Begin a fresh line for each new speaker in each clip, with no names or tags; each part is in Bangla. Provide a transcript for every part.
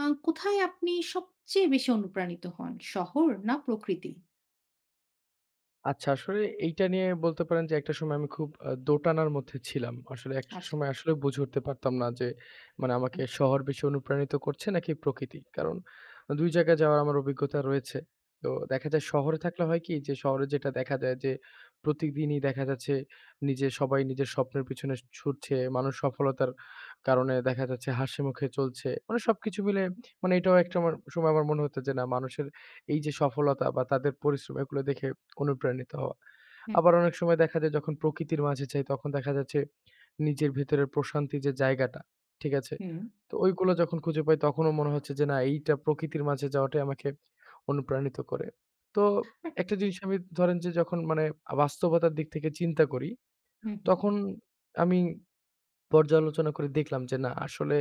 আ কোথায় আপনি সবচেয়ে বেশি অনুপ্রাণিত হন? শহর না প্রকৃতি?
আচ্ছা, আসলে এইটা নিয়ে বলতে পারেন যে একটা সময় আমি খুব দোটানার মধ্যে ছিলাম। আসলে একটা
আচ্ছা।
সময় আসলে বুঝে উঠতে পারতাম না যে মানে আমাকে
হুম,
শহর বেশি অনুপ্রাণিত করছে নাকি প্রকৃতি। কারণ ২ জায়গায় যাওয়ার আমার অভিজ্ঞতা রয়েছে। তো দেখা যায় শহরে থাকলে হয় কি যে শহরে যেটা দেখা যায় যে প্রতিদিনই দেখা যাচ্ছে নিজে সবাই নিজের স্বপ্নের পিছনে ছুটছে। মানুষ সফলতার কারণে দেখা যাচ্ছে হাসিমুখে চলছে। মানে সবকিছু মিলে মানে এটাও একটা আমার সময় আমার মনে হতো যে না মানুষের এই যে সফলতা বা তাদের পরিশ্রম এগুলো দেখে অনুপ্রাণিত হওয়া।
হুম,
আবার অনেক সময় দেখা যায় যখন প্রকৃতির মাঝে যাই তখন দেখা যাচ্ছে নিজের ভেতরের প্রশান্তির যে জায়গাটা, ঠিক আছে?
হুম।
তো ওইগুলো যখন খুঁজে পাই তখনও মনে হচ্ছে যে না এইটা প্রকৃতির মাঝে যাওয়াটাই আমাকে অনুপ্রাণিত করে। তো একটা জিনিস আমি ধরেন যে যখন মানে বাস্তবতার দিক থেকে চিন্তা করি,
হুম, হুম।
তখন আমি পর্যালোচনা করে দেখলাম যে না আসলে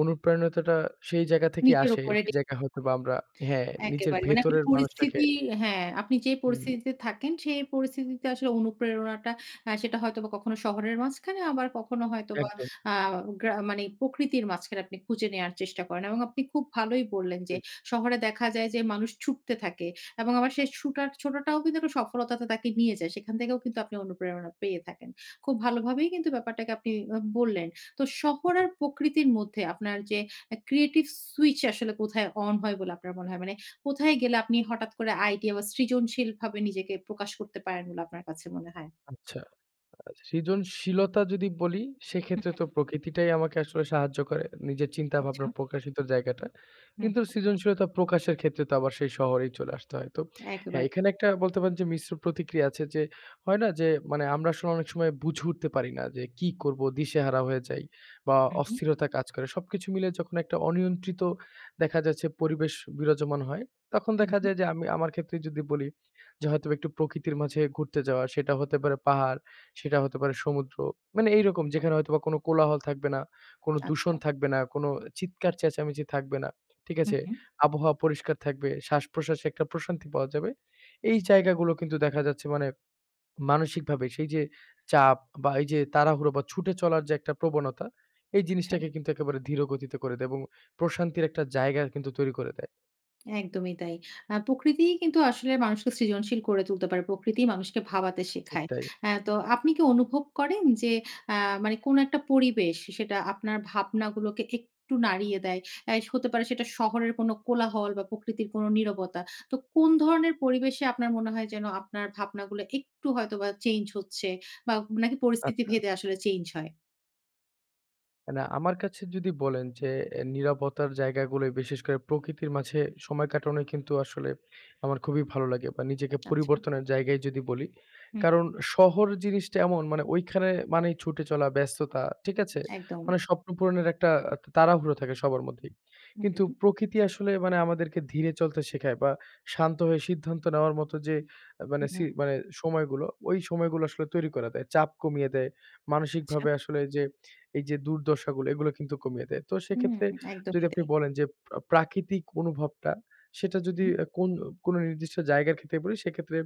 অনুপ্রাণিতটা সেই জায়গা থেকেই
নিজের
আসে
উপরে
যে জায়গায় হয়তোবা আমরা হ্যাঁ, নিজের
একেবারে। মানে আপনি
ভেতরের মানুষটাকে
পরিস্থিতি হ্যাঁ, আপনি যে
হুম,
পরিস্থিতিতে থাকেন সেই পরিস্থিতিতে আসলে অনুপ্রেরণাটা সেটা হয়তোবা কখনো শহরের মাঝখানে আবার কখনো হয়তোবা
একদম।
আ গ্রা মানে প্রকৃতির মাঝখানে আপনি খুঁজে নেয়ার চেষ্টা করেন। এবং আপনি খুব ভালোই বললেন যে
জি,
শহরে দেখা যায় যে মানুষ ছুটতে থাকে এবং আবার সেই ছুটার ছোটাটাও কিন্তু একটা সফলতাতে তাকে নিয়ে যায়। সেখান থেকেও কিন্তু আপনি অনুপ্রেরণা পেয়ে থাকেন। খুব ভালোভাবেই কিন্তু ব্যাপারটাকে আপনি বললেন। তো শহর
জি।
আর প্রকৃতির মধ্যে আপনার যে ক্রিয়েটিভ সুইচ আসলে কোথায় অন হয় বলে আপনার মনে হয়? মানে কোথায় গেলে আপনি হঠাৎ করে আইডিয়া বা সৃজনশীলভাবে নিজেকে প্রকাশ করতে পারেন বলে আপনার কাছে মনে হয়?
আচ্ছা। সৃজনশীলতা যদি বলি, সেক্ষেত্রে তো প্রকৃতিটাই আমাকে আসলে সাহায্য করে। নিজের চিন্তা
আচ্ছা।
ভাবনা প্রকাশিত জায়গাটা।
হুম।
কিন্তু সৃজনশীলতা প্রকাশের ক্ষেত্রে তো আবার সেই শহরেই চলে আসতে হয়। তো হ্যাঁ,
একেবারে।
এখানে একটা বলতে পারেন যে মিশ্র প্রতিক্রিয়া আছে যে, হয় না যে মানে আমরা আসলে অনেক সময় বুঝে উঠতে পারি না যে কি করব? দিশেহারা হয়ে যাই বা
হুম, হুম,
অস্থিরতা কাজ করে। সবকিছু মিলে যখন একটা অনিয়ন্ত্রিত দেখা যাচ্ছে পরিবেশ বিরাজমান হয়, তখন
হুম,
দেখা
হুম।
যায় যে আমি আমার ক্ষেত্রে যদি বলি যে হয়তোবা একটু প্রকৃতির মাঝে ঘুরতে যাওয়া, সেটা হতে পারে পাহাড় সেটা হতে পারে সমুদ্র। মানে এইরকম যেখানে হয়তোবা কোনো কোলাহল থাকবে না, কোনো
আচ্ছা।
দূষণ থাকবে না, কোনো চিৎকার চেঁচামেচি থাকবে না। ঠিক
হুম,
আছে?
হুম।
আবহাওয়া পরিষ্কার থাকবে, শ্বাস-প্রশ্বাসে একটা প্রশান্তি পাওয়া যাবে। এই জায়গাগুলো কিন্তু দেখা যাচ্ছে মানে মানসিকভাবে সেই যে চাপ বা এই যে তাড়াহুড়ো বা ছুটে চলার যে একটা প্রবণতা, এই
আচ্ছা।
জিনিসটাকে কিন্তু একেবারে ধীর গতিতে করে দেয় এবং প্রশান্তির একটা জায়গা কিন্তু তৈরি করে দেয়।
একদমই তাই। প্রকৃতিই কিন্তু আসলে মানুষকে সৃজনশীল করে তুলতে পারে। প্রকৃতিই মানুষকে ভাবাতে
ঠিক
শেখায়।
তাই।
হ্যাঁ, তো আপনি কি অনুভব করেন যে আ মানে কোন একটা পরিবেশ সেটা আপনার ভাবনাগুলোকে একটু নাড়িয়ে দেয়? হতে পারে সেটা শহরের কোন কোলাহল বা প্রকৃতির কোন নীরবতা। তো কোন ধরনের পরিবেশে আপনার মনে হয় যেন আপনার ভাবনাগুলো একটু হয়তোবা চেঞ্জ হচ্ছে বা নাকি পরিস্থিতি
আচ্ছা।
ভেদে আসলে চেঞ্জ হয়?
না, আমার কাছে যদি বলেন যে নীরবতার জায়গাগুলোয় বিশেষ করে প্রকৃতির মাঝে সময় কাটানোই কিন্তু আসলে আমার খুবই ভালো লাগে বা নিজেকে
আচ্ছা।
পরিবর্তনের জায়গায় যদি বলি।
হুম,
কারণ শহর জিনিসটা এমন মানে ওইখানে মানেই ছুটে চলা, ব্যস্ততা, ঠিক আছে?
একদম।
মানে স্বপ্ন পূরণের একটা তাড়াহুড়ো থাকে সবার মধ্যেই। কিন্তু
হুম,
প্রকৃতি আসলে মানে আমাদেরকে ধীরে চলতে শেখায় বা শান্ত হয়ে সিদ্ধান্ত নেওয়ার মতো যে আ মানে সি
হুম,
মানে সময়গুলো, ওই সময়গুলো আসলে তৈরি করে দেয়। চাপ কমিয়ে দেয়।
আচ্ছা।
মানসিকভাবে আসলে যে এই যে দুর্দশাগুলো এগুলো কিন্তু কমিয়ে দেয়। তো
হুম,
সেক্ষেত্রে
একদমই
যদি আপনি
তাই।
বলেন যে প্রাকৃতিক অনুভবটা সেটা যদি
হুম,
কোন কোন নির্দিষ্ট জায়গার ক্ষেত্রে বলি সেক্ষেত্রে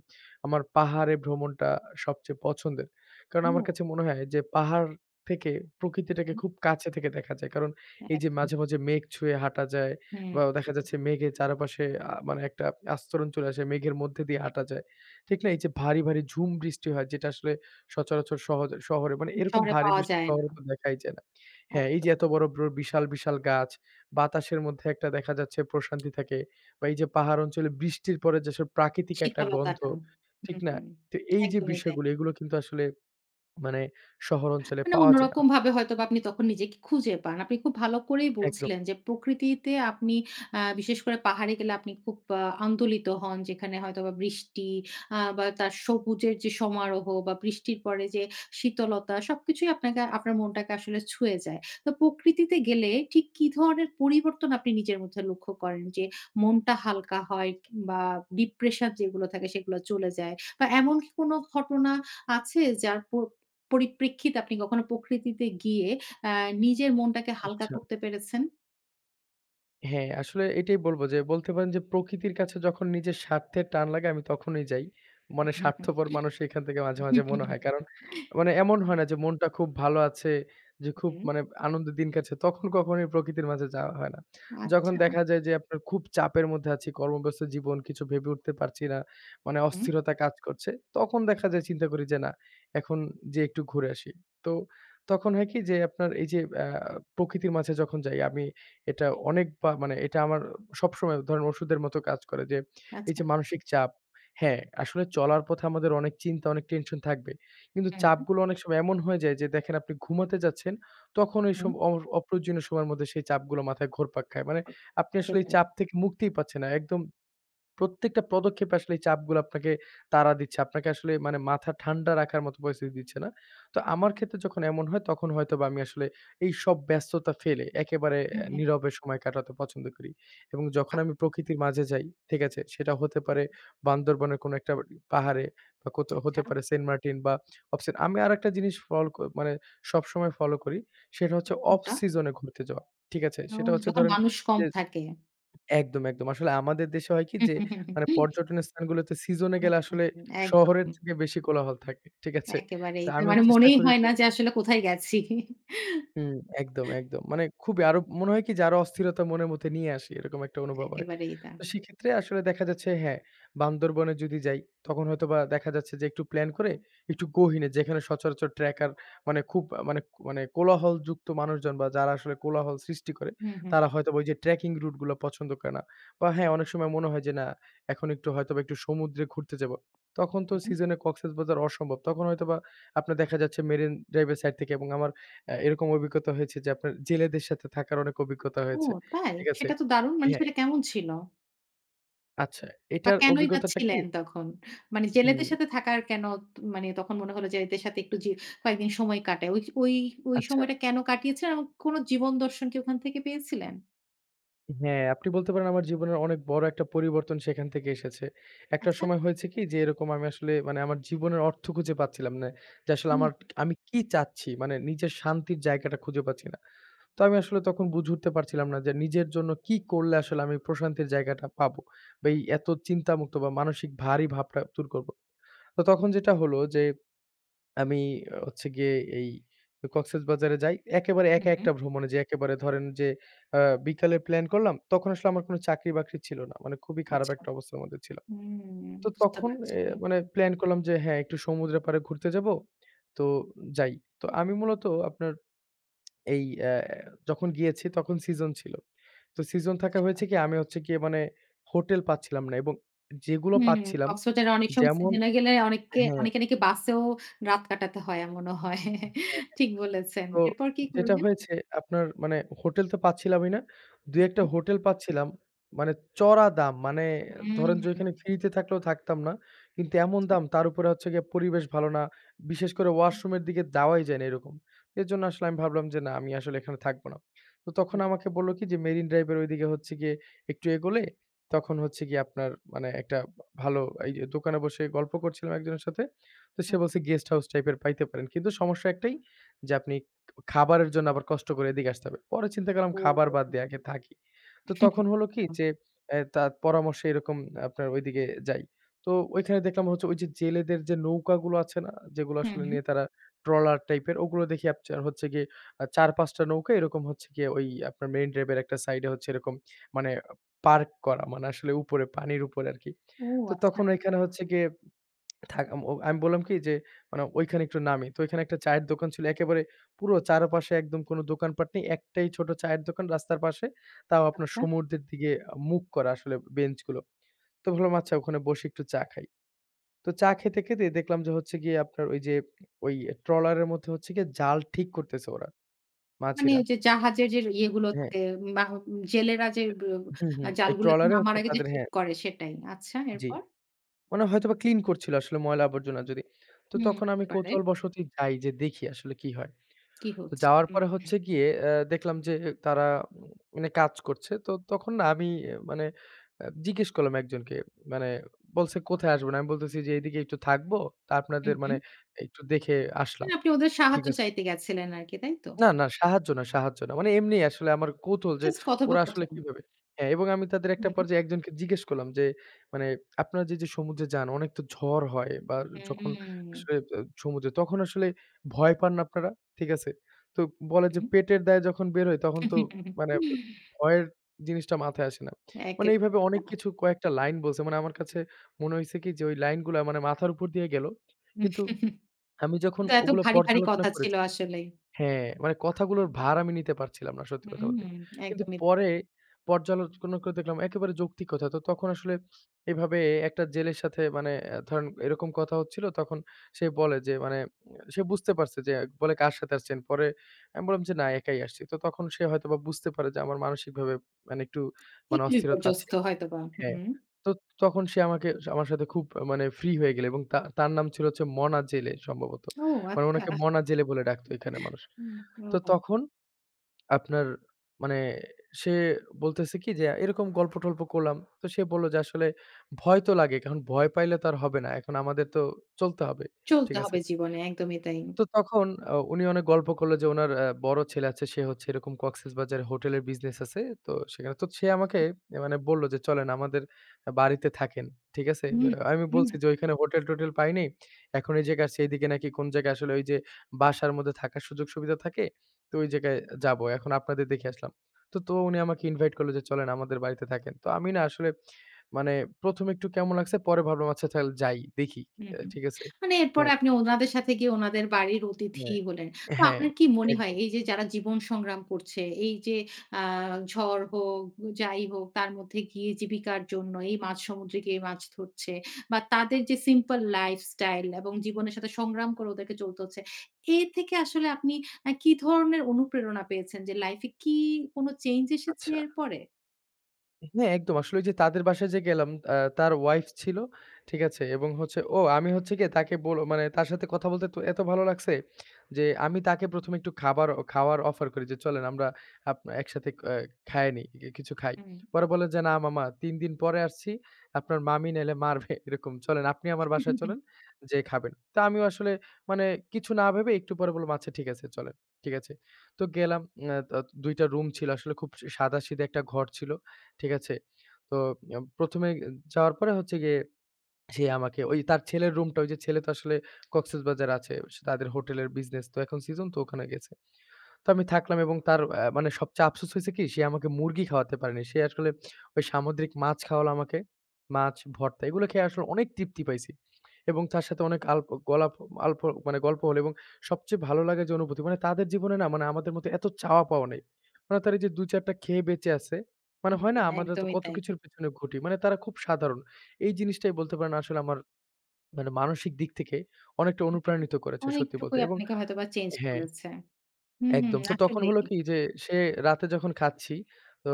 আমার পাহাড়ে ভ্রমণটা সবচেয়ে পছন্দের। কারণ আমার কাছে মনে হয় যে পাহাড় থেকে প্রকৃতিটাকে
ও!
খুব কাছে থেকে দেখা যায়। কারণ এই যে
একদম।
মাঝে, মাঝে মেঘ ছুঁয়ে হাঁটা যায় বা
হুম।
দেখা যাচ্ছে মেঘের চারপাশে মানে একটা আস্তরণ চলে আসে। মেঘের মধ্যে দিয়ে হাঁটা যায়। ঠিক না? এই যে ভারী, ভারী ঝুম বৃষ্টি হয় যেটা আসলে সচরাচর সহজ শহরে মানে এরকম
শহরে
ভারী
পাওয়া
বৃষ্টি
যায় না।
শহরে তো দেখাই যায় না। হ্যাঁ, এই যে
একদম।
এত বড় বিশাল, বিশাল গাছ, বাতাসের মধ্যে একটা দেখা যাচ্ছে প্রশান্তি থাকে বা এই যে পাহাড় অঞ্চলে বৃষ্টির পরে যেসব প্রাকৃতিক একটা গন্ধ,
শীতলতাটা।
ঠিক না?
হুম,
তো এই যে
একদমই তাই।
বিষয়গুলো এগুলো কিন্তু আসলে মানে শহর অঞ্চলে
মানে
পাওয়া যায় না।
অন্যরকমভাবে হয়তোবা আপনি তখন নিজেকে খুঁজে পান। আপনি খুব ভালো করেই
একদম।
বলছিলেন যে প্রকৃতিতে আপনি বিশেষ করে পাহাড়ে গেলে আপনি খুব আন্দোলিত হন। যেখানে হয়তোবা বৃষ্টি বা তার সবুজের যে সমারোহ বা বৃষ্টির পরে যে শীতলতা সবকিছুই আপনাকে আপনার মনটাকে আসলে ছুঁয়ে যায়। তো প্রকৃতিতে গেলে ঠিক কি ধরনের পরিবর্তন আপনি নিজের মধ্যে লক্ষ্য করেন? যে মনটা হালকা হয় কিংবা ডিপ্রেশন যেগুলো থাকে সেগুলো চলে যায় বা এমন কি কোনো ঘটনা আছে যার পরিপ্রেক্ষিতে আপনি কখনো প্রকৃতিতে গিয়ে আ নিজের মনটাকে হালকা
আচ্ছা।
করতে পেরেছেন?
হ্যাঁ, আসলে এটাই বলব যে বলতে পারেন যে প্রকৃতির কাছে যখন নিজের স্বার্থের টান লাগে আমি তখনই যাই। মানে স্বার্থপর মানুষ এখান থেকে মাঝে,
হুম,
মাঝে
হুম,
মনে হয়। কারণ মানে এমন হয় না যে মনটা খুব ভালো আছে যে খুব
হুম,
মানে আনন্দের দিন কাটছে তখন কখনোই প্রকৃতির মাঝে যাওয়া হয় না। যখন
আচ্ছা,
দেখা যায় যে আপনার খুব চাপের মধ্যে আছি, কর্মব্যস্ত জীবন কিছু ভেবে উঠতে পারছি না, মানে
হুম,
অস্থিরতা কাজ করছে। তখন দেখা যায় চিন্তা করি যে না এখন যেয়ে একটু ঘুরে আসি। তো তখন হয় কি যে আপনার এই যে প্রকৃতির মাঝে যখন যাই আমি এটা অনেক বা মানে এটা আমার সবসময় ধরেন ওষুধের মতো কাজ করে যে, এই
আচ্ছা।
যে মানসিক চাপ হ্যাঁ, আসলে চলার পথে আমাদের অনেক চিন্তা, অনেক টেনশন থাকবে। কিন্তু
হুম,
চাপগুলো অনেক সময় এমন হয়ে যায় যে দেখেন আপনি ঘুমাতে যাচ্ছেন, তখন
হুম।
এইসব অপ্রয়োজনীয় সময়ের মধ্যে সেই চাপগুলো মাথায় ঘুরপাক খায়। মানে আপনি
হতে
আসলে এই
পারে।
চাপ থেকে মুক্তিই পাচ্ছেন না। একদম প্রত্যেকটা পদক্ষেপে আসলে এই চাপগুলো আপনাকে তাড়া দিচ্ছে। আপনাকে আসলে মানে মাথা ঠান্ডা রাখার মতো পরিস্থিতি দিচ্ছে না। তো আমার ক্ষেত্রে যখন এমন হয় তখন হয়তোবা আমি আসলে এইসব ব্যস্ততা ফেলে একেবারে
হুম, হুম।
নীরবে সময় কাটাতে পছন্দ করি। এবং
আ
যখন আমি প্রকৃতির মাঝে যাই, ঠিক আছে? সেটা হতে পারে বান্দরবনের কোনো একটা পাহাড়ে বা কোথাও হতে
আচ্ছা।
পারে সেন্ট মার্টিন বা অফ সিজন। আমি আরেকটা জিনিস ফল ক মানে সবসময় ফলো করি। সেটা হচ্ছে অফ
কোনটা?
সিজন এ ঘুরতে যাওয়া। ঠিক আছে?
ও
সেটা হচ্ছে
যখন
ধরেন
মানুষ কম
যে
থাকে।
একদম, একদম। আসলে আমাদের দেশে হয় কি
হুম,
যে
হুম, হুম,
মানে
হুম,
পর্যটনের স্থানগুলোতে সিজনে
হুম,
গেলে আসলে
হুম,
শহরের
একদম,
থেকে বেশি কোলাহল থাকে। ঠিক আছে?
একেবারেই।
তো
তার
আমি
মানে
চেষ্টা
মনেই
করি
হয়
যে
না যে আসলে কোথায় গেছি।
হুম, একদম, একদম। মানে খুবই আরো মনে হয় কি যে আরো অস্থিরতা মনের মধ্যে নিয়ে আসি, এরকম একটা অনুভব হয়।
একেবারেই তা।
তো সেক্ষেত্রে আসলে দেখা যাচ্ছে হ্যাঁ, বান্দরবনে যদি যাই, তখন হয়তোবা দেখা যাচ্ছে যে একটু প্ল্যান করে একটু গহীনে যেখানে সচরাচর ট্রেকার মানে খুব মানে মানে কোলাহলযুক্ত মানুষজন বা যারা আসলে কোলাহল সৃষ্টি করে,
হুম, হুম,
তারা হয়তোবা ওই যে ট্রেকিং রুট গুলো পছন্দ করে না। বা হ্যাঁ, অনেক সময় মনে হয় যে না, এখন একটু হয়তোবা একটু সমুদ্রে ঘুরতে যাবো। তখন তো
হুম।
সিজনে কক্সেসবাজার অসম্ভব। তখন হয়তোবা আপনার দেখা যাচ্ছে মেরিন ড্রাইভের সাইড থেকে এবং আমার এরকম অভিজ্ঞতা হয়েছে যে আপনার জেলেদের সাথে থাকার অনেক অভিজ্ঞতা
ও
হয়েছে।
তাই?
ঠিক আছে?
সেটা তো দারুণ। মানে
হ্যাঁ,
সেটা কেমন ছিল?
আচ্ছা
বা
এটার
কেনই বা
অভিজ্ঞতাটা কি
ছিলেন তখন? মানে
হুম,
জেলেদের সাথে থাকার কেন মানে তখন মনে হলো যে এদের সাথে একটু কয়েকদিন সময় কাটাই। ওই ওই ওই
আচ্ছা।
সময়টা কেন কাটিয়েছেন এবং কোন জীবন দর্শন কি ওখান থেকে পেয়েছিলেন?
হ্যাঁ, আপনি বলতে পারেন আমার জীবনের অনেক বড় একটা পরিবর্তন সেখান থেকে এসেছে। একটা
আচ্ছা।
সময় হয়েছে কি যে এরকম আমি আসলে মানে আমার জীবনের অর্থ খুঁজে পাচ্ছিলাম না। যে আসলে
হুম,
আমার আমি কি চাচ্ছি? মানে নিজের শান্তির জায়গাটা খুঁজে পাচ্ছি না। তো আমি আসলে তখন বুঝে উঠতে পারছিলাম না যে নিজের জন্য কি করলে আসলে আমি প্রশান্তির জায়গাটা পাবো? বা এই এত চিন্তামুক্ত বা মানসিক ভারী ভাবটা দূর করব। তো তখন যেটা হলো যে আমি হচ্ছে গিয়ে এই কক্সেসবাজারে যাই। একেবারে
হু,
একা
হু।
একটা ভ্রমণে যে একেবারে ধরেন যে আ বিকালে প্ল্যান করলাম, তখন আসলে আমার কোনো চাকরি-বাকরি ছিল না। মানে খুবই খারাপ
আচ্ছা।
একটা অবস্থার মধ্যে ছিলাম।
হুম,
তো
বুঝতে
তখন
পারছি।
এ মানে প্ল্যান করলাম যে হ্যাঁ, একটু সমুদ্রের পাড়ে ঘুরতে যাবো। তো যাই। তো আমি মূলত আপনার এই যখন গিয়েছি তখন সিজন ছিল। তো সিজন থাকা
আচ্ছা।
হয়েছে কি আমি হচ্ছে গিয়ে মানে হোটেল পাচ্ছিলাম না এবং যেগুলো
হুম,
পাচ্ছিলাম
কক্সবাজারে অনেক সময়
যেমন
সিজনে গেলে অনেককে
হ্যাঁ,
অনেকে নাকি বাসেও রাত কাটাতে হয় এমনও হয়।
হ্যাঁ।
ঠিক বলেছেন।
তো
এরপর কি
যেটা
করলেন?
হয়েছে আপনার মানে হোটেল তো পাচ্ছিলামই না। ২-১ টা হোটেল পাচ্ছিলাম। মানে চড়া দাম। মানে ধরেন যে
হুম,
ওইখানে ফ্রিতে থাকলেও থাকতাম না। কিন্তু এমন
আচ্ছা।
দাম তার উপরে হচ্ছে গিয়ে পরিবেশ ভালো না। বিশেষ করে
হুম,
ওয়াশরুমের দিকে যাওয়াই যায় না এরকম। এজন্য আসলে আমি ভাবলাম যে না আমি আসলে এখানে থাকবো না। তো তখন
হুম।
আমাকে বলল কি যে মেরিন ড্রাইভ এর ওইদিকে হচ্ছে গিয়ে একটু এগোলে তখন হচ্ছে গিয়ে আপনার মানে একটা ভালো এই যে দোকানে বসে গল্প করছিলাম একজনের সাথে। তো সে
হুম,
বলছে গেস্ট হাউস টাইপের পাইতে পারেন। কিন্তু সমস্যা একটাই যে আপনি খাবারের জন্য আবার কষ্ট করে এদিকে আসতে হবে। পরে চিন্তা করলাম খাবার
ও!
বাদ দিয়ে আগে থাকি। তো তখন হলো কি যে, তার পরামর্শে এরকম আপনার ওইদিকে যাই। তো ওইখানে দেখলাম হচ্ছে ওই যে জেলেদের যে নৌকাগুলো আছে না? যেগুলো
হুম,
আসলে
হুম।
নিয়ে তারা ট্রলার টাইপের ওগুলো দেখি আপনার হচ্ছে গিয়ে ৪-৫ টা নৌকা এরকম হচ্ছে গিয়ে ওই আপনার মেরিন ড্রাইভের একটা সাইডে হচ্ছে এরকম মানে পার্ক করা। মানে আসলে উপরে পানির উপরে আরকি।
ও
তো
আচ্ছা,
তখন এখানে হচ্ছে গিয়ে থাক আম ও আমি বললাম কি যে মানে ওইখানে একটু নামি। তো ওইখানে একটা চায়ের দোকান ছিল। একেবারে পুরো চারপাশে একদম কোনো দোকানপাট নেই। একটাই ছোট চায়ের দোকান রাস্তার পাশে। তাও আপনার
আচ্ছা।
সমুদ্রের দিকে মুখ করা আসলে বেঞ্চগুলো। তো ভাবলাম আচ্ছা ওখানে বসে একটু চা খাই। তো চা খেতে, খেতে দেখলাম যে হচ্ছে গিয়ে আপনার ওই যে ওই ট্রলারের মধ্যে হচ্ছে গিয়ে জাল ঠিক করতেছে ওরা,
মানে
মাঝিরা।
ওই যে জাহাজের যে ইয়েগুলো
হ্যাঁ,
থাকে বা জেলেরা যে ব
হুম,
আ
হুম। ওই
জালগুলোকে
ট্রলারে
নামার
হচ্ছে
আগে যে
তাদের
ঠিক
হ্যাঁ,
করে সেটাই। আচ্ছা
জি।
এরপর?
মানে হয়তোবা ক্লিন করছিল আসলে ময়লা আবর্জনা যদি। তো
হুম,
তখন
হতে
আমি
পারে।
কৌতূহলবশতই যাই যে দেখি আসলে কি হয়।
কি
তো
হচ্ছে?
যাওয়ার
হুম,
পরে হচ্ছে গিয়ে দেখলাম যে তারা উম মানে কাজ করছে। তো তখন না আমি মানে জিজ্ঞেস করলাম একজনকে মানে বলছে, "কোথায় আসবেন?" আমি বলতেছি যে, "এদিকে একটু থাকবো। তা
হুম,
আপনাদের মানে
হুম,
একটু দেখে আসলাম।"
মানে আপনি ওদের
ঠিক
সাহায্য
আছে?
চাইতে গেছিলেন আরকি, তাই তো?
না, না সাহায্য না, সাহায্য না। মানে এমনি আসলে আমার কৌতূহল যে
জাস্ট
ওরা আসলে
কথোপকথন।
কিভাবে হ্যাঁ, এবং আমি তাদের একটা
হুম,
পর্যায়ে একজনকে জিজ্ঞেস করলাম যে, মানে আপনারা যে সমুদ্রে যান অনেক তো ঝড় হয় বা যখন
হুম,
আসলে সমুদ্রে তখন আসলে ভয় পান না আপনারা? ঠিক আছে? তো বলে যে
হুম।
পেটের দায়ে যখন বের হই তখন তো মানে ভয়ের জিনিসটা মাথায় আসে না। মানে এইভাবে
একেবারেই না।
অনেক কিছু কয়েকটা লাইন বলছে। মানে আমার কাছে মনে হইছে কি যে ওই লাইনগুলা মানে মাথার উপর দিয়ে গেল। কিন্তু আমি যখন
কিন্তু এত
ওগুলো
ভারী, ভারী
পর্যালোচনা
কথা ছিল
করেছি,
আসলেই।
হ্যাঁ, মানে কথাগুলোর ভার আমি নিতে পারছিলাম না সত্যি কথা
হুম,
বলতে। কিন্তু
একদমই তাই।
পরে পর্যালোচনা করে দেখলাম একেবারে যৌক্তিক কথা। তো তখন আসলে এভাবে একটা জেলের সাথে মানে ধরেন এরকম কথা হচ্ছিল তখন সে বলে যে মানে সে বুঝতে পারছে যে বলে, "কার সাথে আসছেন?" পরে আমি বললাম যে, "না, একাই আসছি।" তো তখন সে হয়তোবা বুঝতে পারে যে আমার মানসিকভাবে মানে একটু মানে
একটু
অস্থিরতা আছে।
বিপর্যস্ত হয়তোবা।
হ্যাঁ।
হুম।
তো তখন সে আমাকে আমার সাথে খুব মানে ফ্রি হয়ে গেল এবং তা তার নাম ছিল হচ্ছে মনা জেলে সম্ভবত।
ও
মানে
আচ্ছা।
উনাকে মনা জেলে বলে ডাকতো এখানে মানুষ।
হুম,
তো
ও
তখন আপনার মানে সে বলতেছে কি যে, "এরকম গল্প-টল্প করলাম।" তো সে বলল যে, "আসলে ভয় তো লাগে। কারণ ভয় পাইলে তো আর হবে না। এখন আমাদের তো চলতে হবে।"
চলতে
ঠিক আছে?
হবে জীবনে, একদমই তাই।
তো তখন উনি অনেক গল্প করলো যে উনার বড় ছেলে আছে। সে হচ্ছে এরকম কক্সেসবাজারে হোটেলের বিজনেস আছে। তো সেখানে তো সে আমাকে মানে বলল যে, "চলেন আমাদের বাড়িতে থাকেন।" ঠিক আছে?
হুম,
আমি
হুম,
বলছি যে, "ওইখানে হোটেল-টোটেল পাইনি। এখন এই জায়গায় আসছি। এইদিকে নাকি কোন জায়গায় আসলে ওই যে বাসার মধ্যে থাকার সুযোগ সুবিধা থাকে। তো ওই জায়গায় যাবো। এখন আপনাদের দেখে আসলাম।" তো উনি আমাকে ইনভাইট করলো যে, "চলেন আমাদের বাড়িতে থাকেন।" তো আমি না আসলে মানে ১ম একটু কেমন লাগছে, পরে ভাবলাম, "আচ্ছা তাহলে যাই, দেখি।"
হুম, হুম।
ঠিক আছে?
মানে এরপরে
হ্যাঁ,
আপনি ওনাদের সাথে গিয়ে ওনাদের বাড়ির অতিথি
হ্যাঁ।
হলেন। তো
হ্যাঁ,
আপনার কি মনে হয়
একদম।
এই যে যারা জীবন সংগ্রাম করছে, এই যে আ ঝড় হোক, যাই হোক তার মধ্যে গিয়ে জীবিকার জন্য এই মাঝ সমুদ্রে গিয়ে মাছ ধরছে বা তাদের যে সিম্পল লাইফস্টাইল এবং জীবনের সাথে সংগ্রাম করে ওদেরকে চলতে হচ্ছে। এর থেকে আসলে আপনি কি ধরনের অনুপ্রেরণা পেয়েছেন যে লাইফ এ কি কোনো চেঞ্জ এসেছে
আচ্ছা।
এরপরে?
হ্যাঁ, একদম। আসলে ওই যে তাদের বাসায় যে গেলাম, তার ওয়াইফ ছিল। ঠিক আছে? এবং হচ্ছে ও আমি হচ্ছে গিয়ে তাকে মানে তার সাথে কথা বলতে তো এত ভালো লাগছে যে আমি তাকে ১ম এ একটু খাবার খাওয়ার অফার করি যে, "চলেন আমরা আপ একসাথে খাইয়ে নিই, কি কিছু খাই।"
হুম।
পরে বলে যে, "না মামা ৩ দিন পরে আসছি। আপনার মামি নাইলে মারবে এরকম। চলেন আপনি আমার বাসায় চলেন, যেয়ে খাবেন।" তো আমিও আসলে মানে কিছু না ভেবে একটু পরে বললাম, "আচ্ছা ঠিক আছে চলেন।" ঠিক আছে? তো গেলাম। আ ত ২ টা রুম ছিল। আসলে খুব সাদাসিধা একটা ঘর ছিল। ঠিক আছে? তো আ ১ম এ যাওয়ার পরে হচ্ছে গিয়ে সে আমাকে ওই তার ছেলের রুমটা ওই যে ছেলে তো আসলে কক্সেসবাজার আছে। সে তাদের হোটেলের বিজনেস তো এখন সিজন তো ওখানে গেছে। তো আমি থাকলাম এবং তার মানে সবচেয়ে আফসোস হইছে কি? সে আমাকে মুরগি খাওয়াতে পারেনি। সে আসলে ওই সামুদ্রিক মাছ খাওয়ালো আমাকে। মাছ ভর্তা এগুলো খেয়ে আসলে অনেক তৃপ্তি পাইছি। এবং তার সাথে অনেক আল্প গলাপ আল্প মানে গল্প হলো এবং সবচেয়ে ভালো লাগে যে অনুভূতি মানে তাদের জীবনে না মানে আমাদের মতো এত চাওয়া পাওয়া নেই। মানে তারা এই যে ২-৪ টা খেয়ে বেঁচে আছে।
হুম,
মানে হয়
হুম,
না?
হুম,
আমরা তো
একদমই
কত
তাই।
কিছুর পেছনে ঘুটি। মানে তারা খুব সাধারণ। এই জিনিসটাই বলতে পারেন আসলে আমার মানে মানসিক দিক থেকে অনেকটা
হুম,
অনুপ্রাণিত করেছে সত্যি বলতে,
অনেকটুকুই
এবং
আপনাকে হয়তোবা চেঞ্জ
হ্যাঁ।
করেছে। হুম,
একদম। তো তখন
আসলেই।
হলো কি যে সে রাতে যখন খাচ্ছি, তো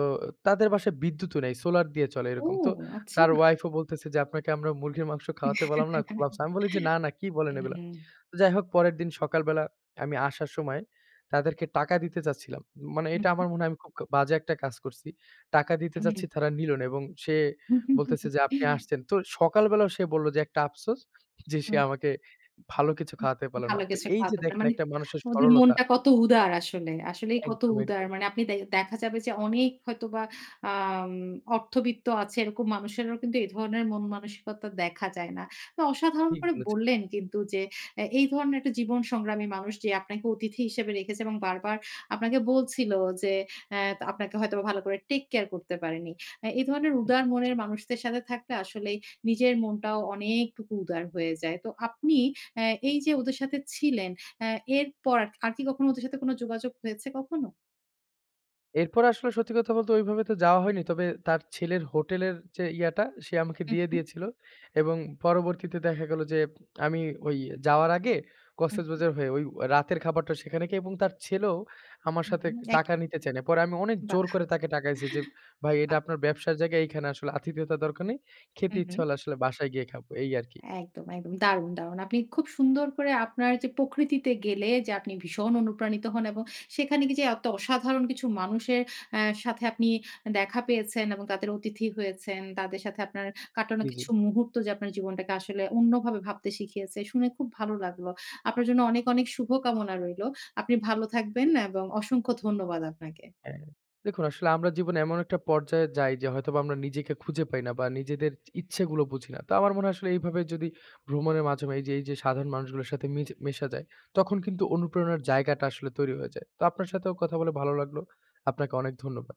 তাদের বাসায় বিদ্যুৎও নেই। সোলার দিয়ে চলে
ও
এরকম। তো
আচ্ছা।
তার ওয়াইফও বলতেছে যে, "আপনাকে আমরা মুরগির মাংস খাওয়াতে বললাম না? খুব আফসোস।" আমি বলি যে, "না, না কি বলেন এগুলা?" তো যাই হোক পরের দিন সকালবেলা আমি আসার সময় তাদেরকে টাকা দিতে চাচ্ছিলাম। মানে
হুম,
এটা আমার মনে হয় আমি খুব বাজে একটা কাজ করছি। টাকা দিতে চাচ্ছি তারা নিল না এবং সে
হুম, হুম।
বলতেছে যে, "আপনি আসছেন।" তো সকালবেলাও সে বলল যে একটা আফসোস যে সে
হুম।
আমাকে ভালো কিছু খাওয়াতে পারল না।
ভালো
তো
কিছু
এই যে
খাওয়াতে পারেন।
দেখেন
মানে
একটা মানুষের
ওদের
সরলতা।
মনটা কত উদার আসলে। আসলেই কত
একদম,
উদার।
একদম।
মানে আপনি দেখা যাবে যে অনেক হয়তোবা আম অর্থবিত্ত আছে এরকম মানুষেরও কিন্তু এই ধরনের মন মানসিকতা দেখা যায় না। তো অসাধারণ
ঠিক
করে
বলেছেন।
বললেন কিন্তু যে এই ধরনের একটা জীবন সংগ্রামী মানুষ যে আপনাকে অতিথি হিসেবে রেখেছে এবং বারবার আপনাকে বলছিল যে অ্যা আপনাকে হয়তোবা ভালো করে টেক কেয়ার করতে পারেনি। এই ধরনের উদার মনের
ঠিক,
মানুষদের সাথে থাকলে আসলেই নিজের মনটাও অনেকটুকু উদার হয়ে যায়। তো আপনি এই
ঠিক।
যে ওদের সাথে ছিলেন, অ্যা এরপর আর আর কি কখনো ওদের সাথে কোনো যোগাযোগ হয়েছে কখনো?
এরপরে আসলে সত্যি কথা বলতে ওইভাবে তো যাওয়া হয়নি। তবে তার ছেলের হোটেলের যে ইয়াটা সে আমাকে
হুম,
দিয়ে
হুম,
দিয়েছিল এবং পরবর্তীতে দেখা গেল যে আমি ওই যাওয়ার আগে
হুম,
কক্সবাজার হয়ে ওই রাতের খাবারটা সেখানে খেয়ে এবং তার ছেলেও আমার সাথে
হুম,
টাকা
একই।
নিতে চায় না। পরে আমি অনেক
বাহ!
জোর করে তাকে টাকাইছি যে, "ভাই এটা
বাহ!
আপনার ব্যবসার জায়গা। এইখানে আসলে আতিথেয়তার দরকার নেই। খেতে
হুম,
ইচ্ছা
হুম।
হলে আসলে বাসায় গিয়ে খাবো।" এই আরকি।
একদম, একদম। দারুণ, দারুণ। আপনি খুব সুন্দর করে আপনার যে প্রকৃতিতে গেলে যে আপনি ভীষণ অনুপ্রাণিত হন এবং সেখানে গিয়ে যে এত অসাধারণ কিছু মানুষের সাথে আপনি দেখা পেয়েছেন এবং তাদের অতিথি হয়েছেন, তাদের সাথে আপনার কাটানো
জি, জি। জি।
কিছু মুহূর্ত যে আপনার জীবনটাকে আসলে অন্যভাবে ভাবতে শিখিয়েছে, শুনে খুব ভালো লাগলো। আপনার জন্য অনেক, অনেক শুভকামনা রইলো। আপনি ভালো থাকবেন এবং অসংখ্য ধন্যবাদ আপনাকে।
হ্যাঁ, দেখুন আসলে আমরা জীবনে এমন একটা পর্যায়ে যাই যে হয়তোবা আমরা নিজেকে খুঁজে পাই না বা নিজেদের ইচ্ছেগুলো বুঝি না। তো আমার মনে হয় আসলে এইভাবে যদি ভ্রমণের মাধ্যমে এই যে সাধারণ মানুষগুলোর সাথে মেশা যায়, তখন কিন্তু অনুপ্রেরণার জায়গাটা আসলে তৈরি হয়ে যায়। তো আপনার সাথেও কথা বলে ভালো লাগলো। আপনাকে অনেক ধন্যবাদ।